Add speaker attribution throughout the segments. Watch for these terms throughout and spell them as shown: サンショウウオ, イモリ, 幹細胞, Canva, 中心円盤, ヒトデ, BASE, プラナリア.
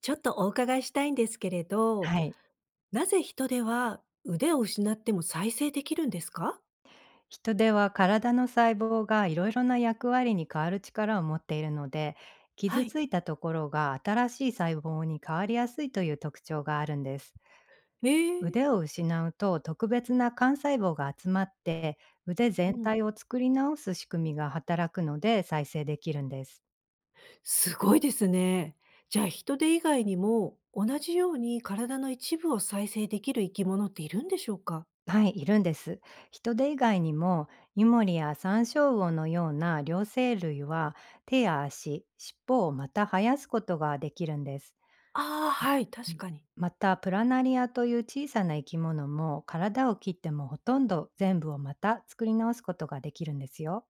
Speaker 1: ちょっとお伺いしたいんですけれど、
Speaker 2: はい。
Speaker 1: なぜ人手は腕を失っても再生できるんですか？
Speaker 2: 人では体の細胞がいろいろな役割に変わる力を持っているので、
Speaker 1: は
Speaker 2: 傷
Speaker 1: い。
Speaker 2: ついたところが新しい細胞に変わりやすいという特徴があるんです。
Speaker 1: ええ。
Speaker 2: 腕を失うと特別な幹細胞が集まって腕
Speaker 1: う
Speaker 2: 全
Speaker 1: ん、
Speaker 2: 体を作り直す仕組みが働くので再生できるんです。
Speaker 1: すごいですね。じゃあ人手以外にも、同じように体の一部を再生できる生き物っているんでしょうか？
Speaker 2: はい、いるんです。人手以外にも、イモリやサンショウウオのような両生類は手や足、尻尾をまた生やすことができるんです。
Speaker 1: ああ、はい、
Speaker 2: う
Speaker 1: 確
Speaker 2: ん、
Speaker 1: かに。
Speaker 2: またプラナリアという小さな生き物も、体を切ってもほとんど全部をまた作り直すことができるんですよ。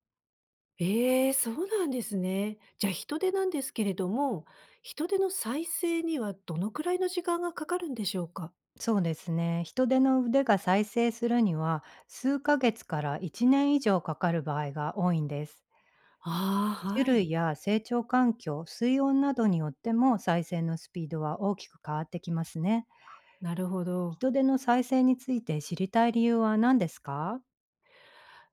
Speaker 1: ええ、そうなんですね。じゃあ人手なんですけれども、人手の再生にはどのくらいの時間がかかるんでしょうか？
Speaker 2: そうですね。人手の腕が再生するには、数ヶ月から1年以上かかる場合が多いんです。
Speaker 1: ああ、
Speaker 2: 種
Speaker 1: はい。
Speaker 2: 類や成長環境、水温などによっても、再生のスピードは大きく変わってきますね。
Speaker 1: なるほど。
Speaker 2: 人手の再生について知りたい理由は何ですか？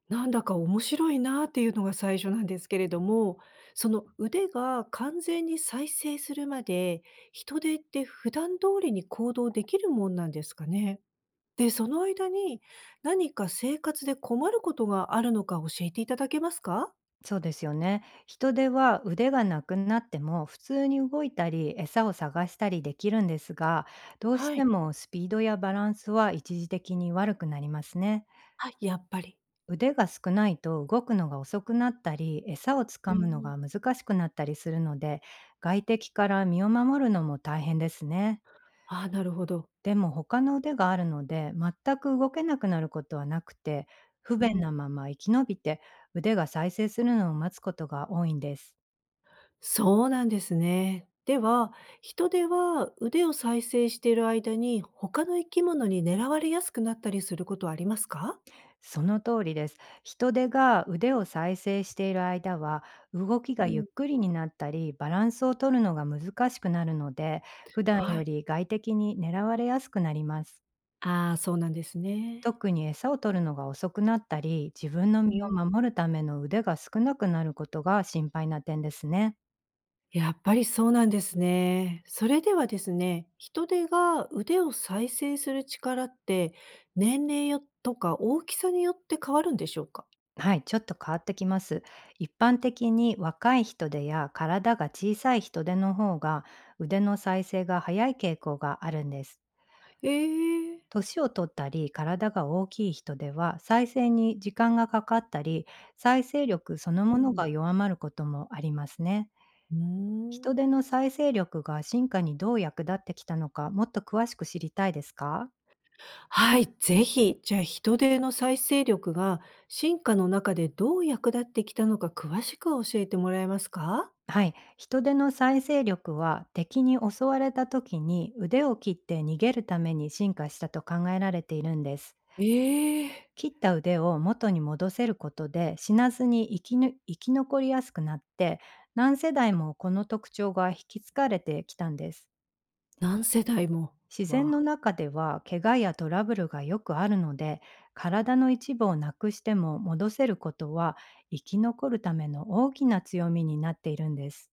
Speaker 1: なんだか面白いなっていうのが最初なんですけれども、その腕が完全に再生するまで、人手って普段通りに行動できるもんなんですかね？で、その間に何か生活で困ることがあるのか教えていただけますか？
Speaker 2: そうですよね。人手は腕がなくなっても、普通に動いたり餌を探したりできるんですが、どうし
Speaker 1: は
Speaker 2: て
Speaker 1: い。
Speaker 2: もスピードやバランスは一時的に悪くなりますね。
Speaker 1: あ、やっぱり。
Speaker 2: 腕が少ないと動くのが遅くなったり、餌をつ
Speaker 1: う
Speaker 2: かむの
Speaker 1: ん。
Speaker 2: が難しくなったりするので、外敵から身を守るのも大変ですね。
Speaker 1: あ、なるほど。
Speaker 2: でも他の腕があるので、全く動けなくなることはなくて、不
Speaker 1: う
Speaker 2: 便
Speaker 1: ん。
Speaker 2: なまま生き延びて、腕が再生するのを待つことが多いんです。
Speaker 1: そうなんですね。では、人手は腕を再生している間に、他の生き物に狙われやすくなったりすることはありますか？
Speaker 2: その通りです。人手が腕を再生している間は、動きが
Speaker 1: う
Speaker 2: ゆっ
Speaker 1: ん、
Speaker 2: くりになったり、バランスを取るのが難しくなるので、普段
Speaker 1: は
Speaker 2: よ
Speaker 1: い。
Speaker 2: り外的に狙われやすくなります。
Speaker 1: ああ、そうなんですね。
Speaker 2: 特に餌を取るのが遅くなったり、自分の
Speaker 1: う
Speaker 2: 身を
Speaker 1: ん。
Speaker 2: 守るための腕が少なくなることが心配な点ですね。
Speaker 1: やっぱりそうなんですね。それではですね、人手が腕を再生する力って、年齢よとか大きさによって変わるんでしょうか？
Speaker 2: はい、ちょっと変わってきます。一般的に、若い人手や体が小さい人手の方が腕の再生が早い傾向があるんです。
Speaker 1: ええ。
Speaker 2: 年を取ったり体が大きい人では、再生に時間がかかったり、再生力その
Speaker 1: う
Speaker 2: もの
Speaker 1: ん。
Speaker 2: が弱まることもありますね。
Speaker 1: うー
Speaker 2: 人手
Speaker 1: ん。
Speaker 2: の再生力が進化にどう役立ってきたのか、もっと詳しく知りたいですか？
Speaker 1: はい、ぜひ。じゃあ人手の再生力が進化の中でどう役立ってきたのか詳しく教えてもらえますか？
Speaker 2: はい。人手の再生力は、敵に襲われた時に腕を切って逃げるために進化したと考えられているんです。
Speaker 1: ええ。
Speaker 2: 切った腕を元に戻せることで、死なずに生き残りやすくなって、何世代もこの特徴が引き継がれてきたんです。
Speaker 1: 何世代も。
Speaker 2: 自
Speaker 1: わ
Speaker 2: 然の
Speaker 1: あ。
Speaker 2: 中では怪我やトラブルがよくあるので、体の一部をなくしても戻せることは、生き残るための大きな強みになっているんです。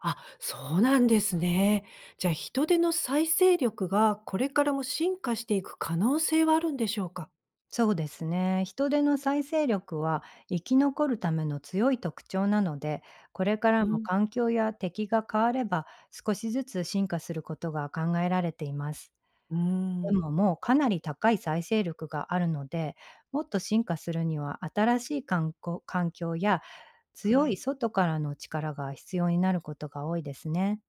Speaker 1: あ、そうなんですね。じゃあ、人手の再生力がこれからも進化していく可能性はあるんでしょうか？
Speaker 2: そうですね。人手の再生力は、生き残るための強い特徴なので、これから
Speaker 1: う
Speaker 2: も
Speaker 1: ん。
Speaker 2: 環境や敵が変われば少しずつ進化することが考えられています。
Speaker 1: うー
Speaker 2: で
Speaker 1: ん。
Speaker 2: も、もうかなり高い再生力があるので、もっと進化するには、新しい環境や、
Speaker 1: は
Speaker 2: 強い
Speaker 1: い。
Speaker 2: 外からの力が必要になることが多いですね。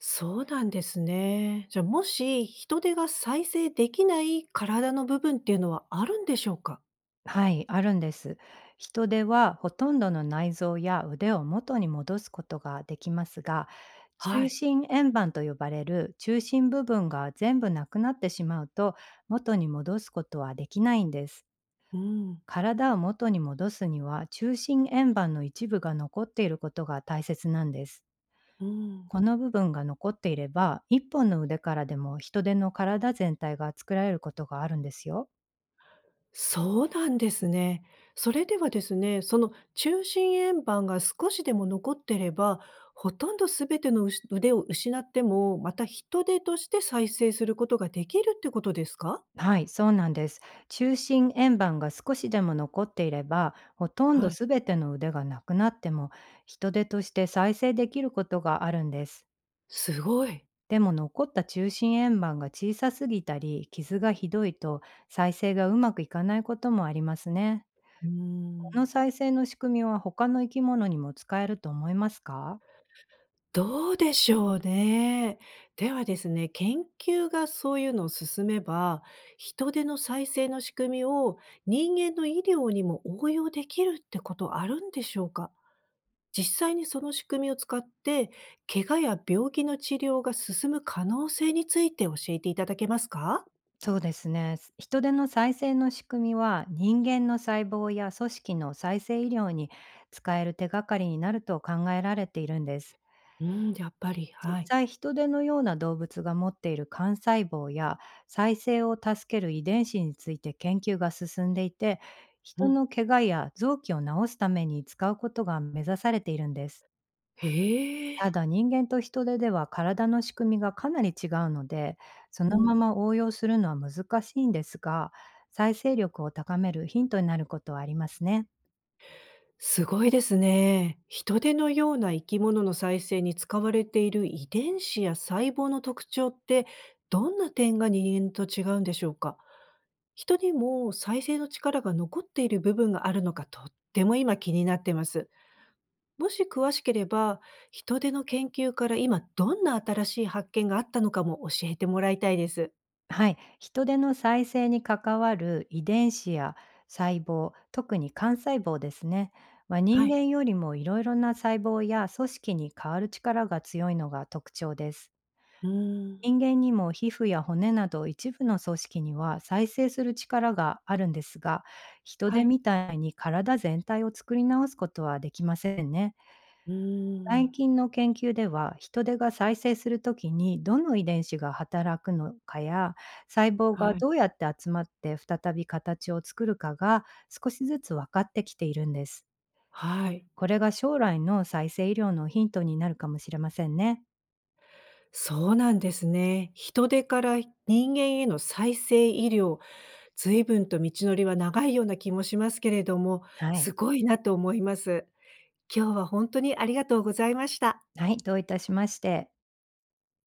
Speaker 1: そうなんですね。じゃあ、もし人手が再生できない体の部分っていうのはあるんでしょうか？
Speaker 2: はい、あるんです。人手はほとんどの内臓や腕を元に戻すことができますが、
Speaker 1: は
Speaker 2: 中
Speaker 1: い。
Speaker 2: 心円盤と呼ばれる中心部分が全部なくなってしまうと、元に戻すことはできないんです。
Speaker 1: うん。
Speaker 2: 体を元に戻すには、中心円盤の一部が残っていることが大切なんです。
Speaker 1: うん。
Speaker 2: この部分が残っていれば、一本の腕からでも人手の体全体が作られることがあるんですよ。
Speaker 1: そうなんですね。それではですね、その中心円盤が少しでも残ってれば、ほとんど全てのうし腕を失っても、また人手として再生することができるってことですか？
Speaker 2: はい、そうなんです。中心円盤が少しでも残っていれば、ほとん
Speaker 1: は
Speaker 2: ど
Speaker 1: い。
Speaker 2: すべての腕がなくなっても、人手として再生できることがあるんです。
Speaker 1: すごい。
Speaker 2: でも、残った中心円盤が小さすぎたり、傷がひどいと、再生がうまくいかないこともありますね。
Speaker 1: うー
Speaker 2: この
Speaker 1: ん。
Speaker 2: 再生の仕組みは他の生き物にも使えると思いますか？
Speaker 1: どうでしょうね。ではですね、研究がそういうのを進めば、人手の再生の仕組みを人間の医療にも応用できるってことあるんでしょうか？実際にその仕組みを使って、怪我や病気の治療が進む可能性について教えていただけますか？
Speaker 2: そうですね。人手の再生の仕組みは、人間の細胞や組織の再生医療に使える手がかりになると考えられているんです。
Speaker 1: うん、やっぱり、
Speaker 2: 実
Speaker 1: はい。
Speaker 2: 際、人手のような動物が持っている幹細胞や、再生を助ける遺伝子について研究が進んでいて、
Speaker 1: う
Speaker 2: 人
Speaker 1: ん。
Speaker 2: の怪我や臓器を治すために使うことが目指されているんです。
Speaker 1: へえ。
Speaker 2: ただ、人間とヒトデでは体の仕組みがかなり違うので、そ
Speaker 1: う
Speaker 2: の
Speaker 1: ん、
Speaker 2: まま応用するのは難しいんですが、再生力を高めるヒントになることはありますね。
Speaker 1: すごいですね。人手のような生き物の再生に使われている遺伝子や細胞の特徴って、どんな点が人間と違うんでしょうか？人にも再生の力が残っている部分があるのかとっても今気になってます。もし詳しければ、人手の研究から今どんな新しい発見があったのかも教えてもらいたいです。
Speaker 2: はい、ヒトデの再生に関わる遺伝子や細胞、特に幹細胞ですね。は、
Speaker 1: は
Speaker 2: 人
Speaker 1: い。
Speaker 2: 間よりもいろいろな細胞や組織に変わる力が強いのが特徴です。
Speaker 1: うーん。
Speaker 2: 人間にも皮膚や骨など、一部の組織には再生する力があるんですが、人
Speaker 1: は
Speaker 2: 手
Speaker 1: い。
Speaker 2: みたいに体全体を作り直すことはできませんね。
Speaker 1: うー
Speaker 2: 最
Speaker 1: ん。
Speaker 2: 近の研究では、人手が再生するときにどの遺伝子が働くのかや、細胞が
Speaker 1: はい。
Speaker 2: どうやって集まって再び形を作るかが、少しずつ分かってきているんです。
Speaker 1: はい。
Speaker 2: これが将来の再生医療のヒントになるかもしれませんね。
Speaker 1: そうなんですね。人手から人間への再生医療、随分と道のりは長いような気もしますけれども、
Speaker 2: はい。
Speaker 1: すごいなと思います。今日は本当にありがとうございました。
Speaker 2: はい、どういたしまして。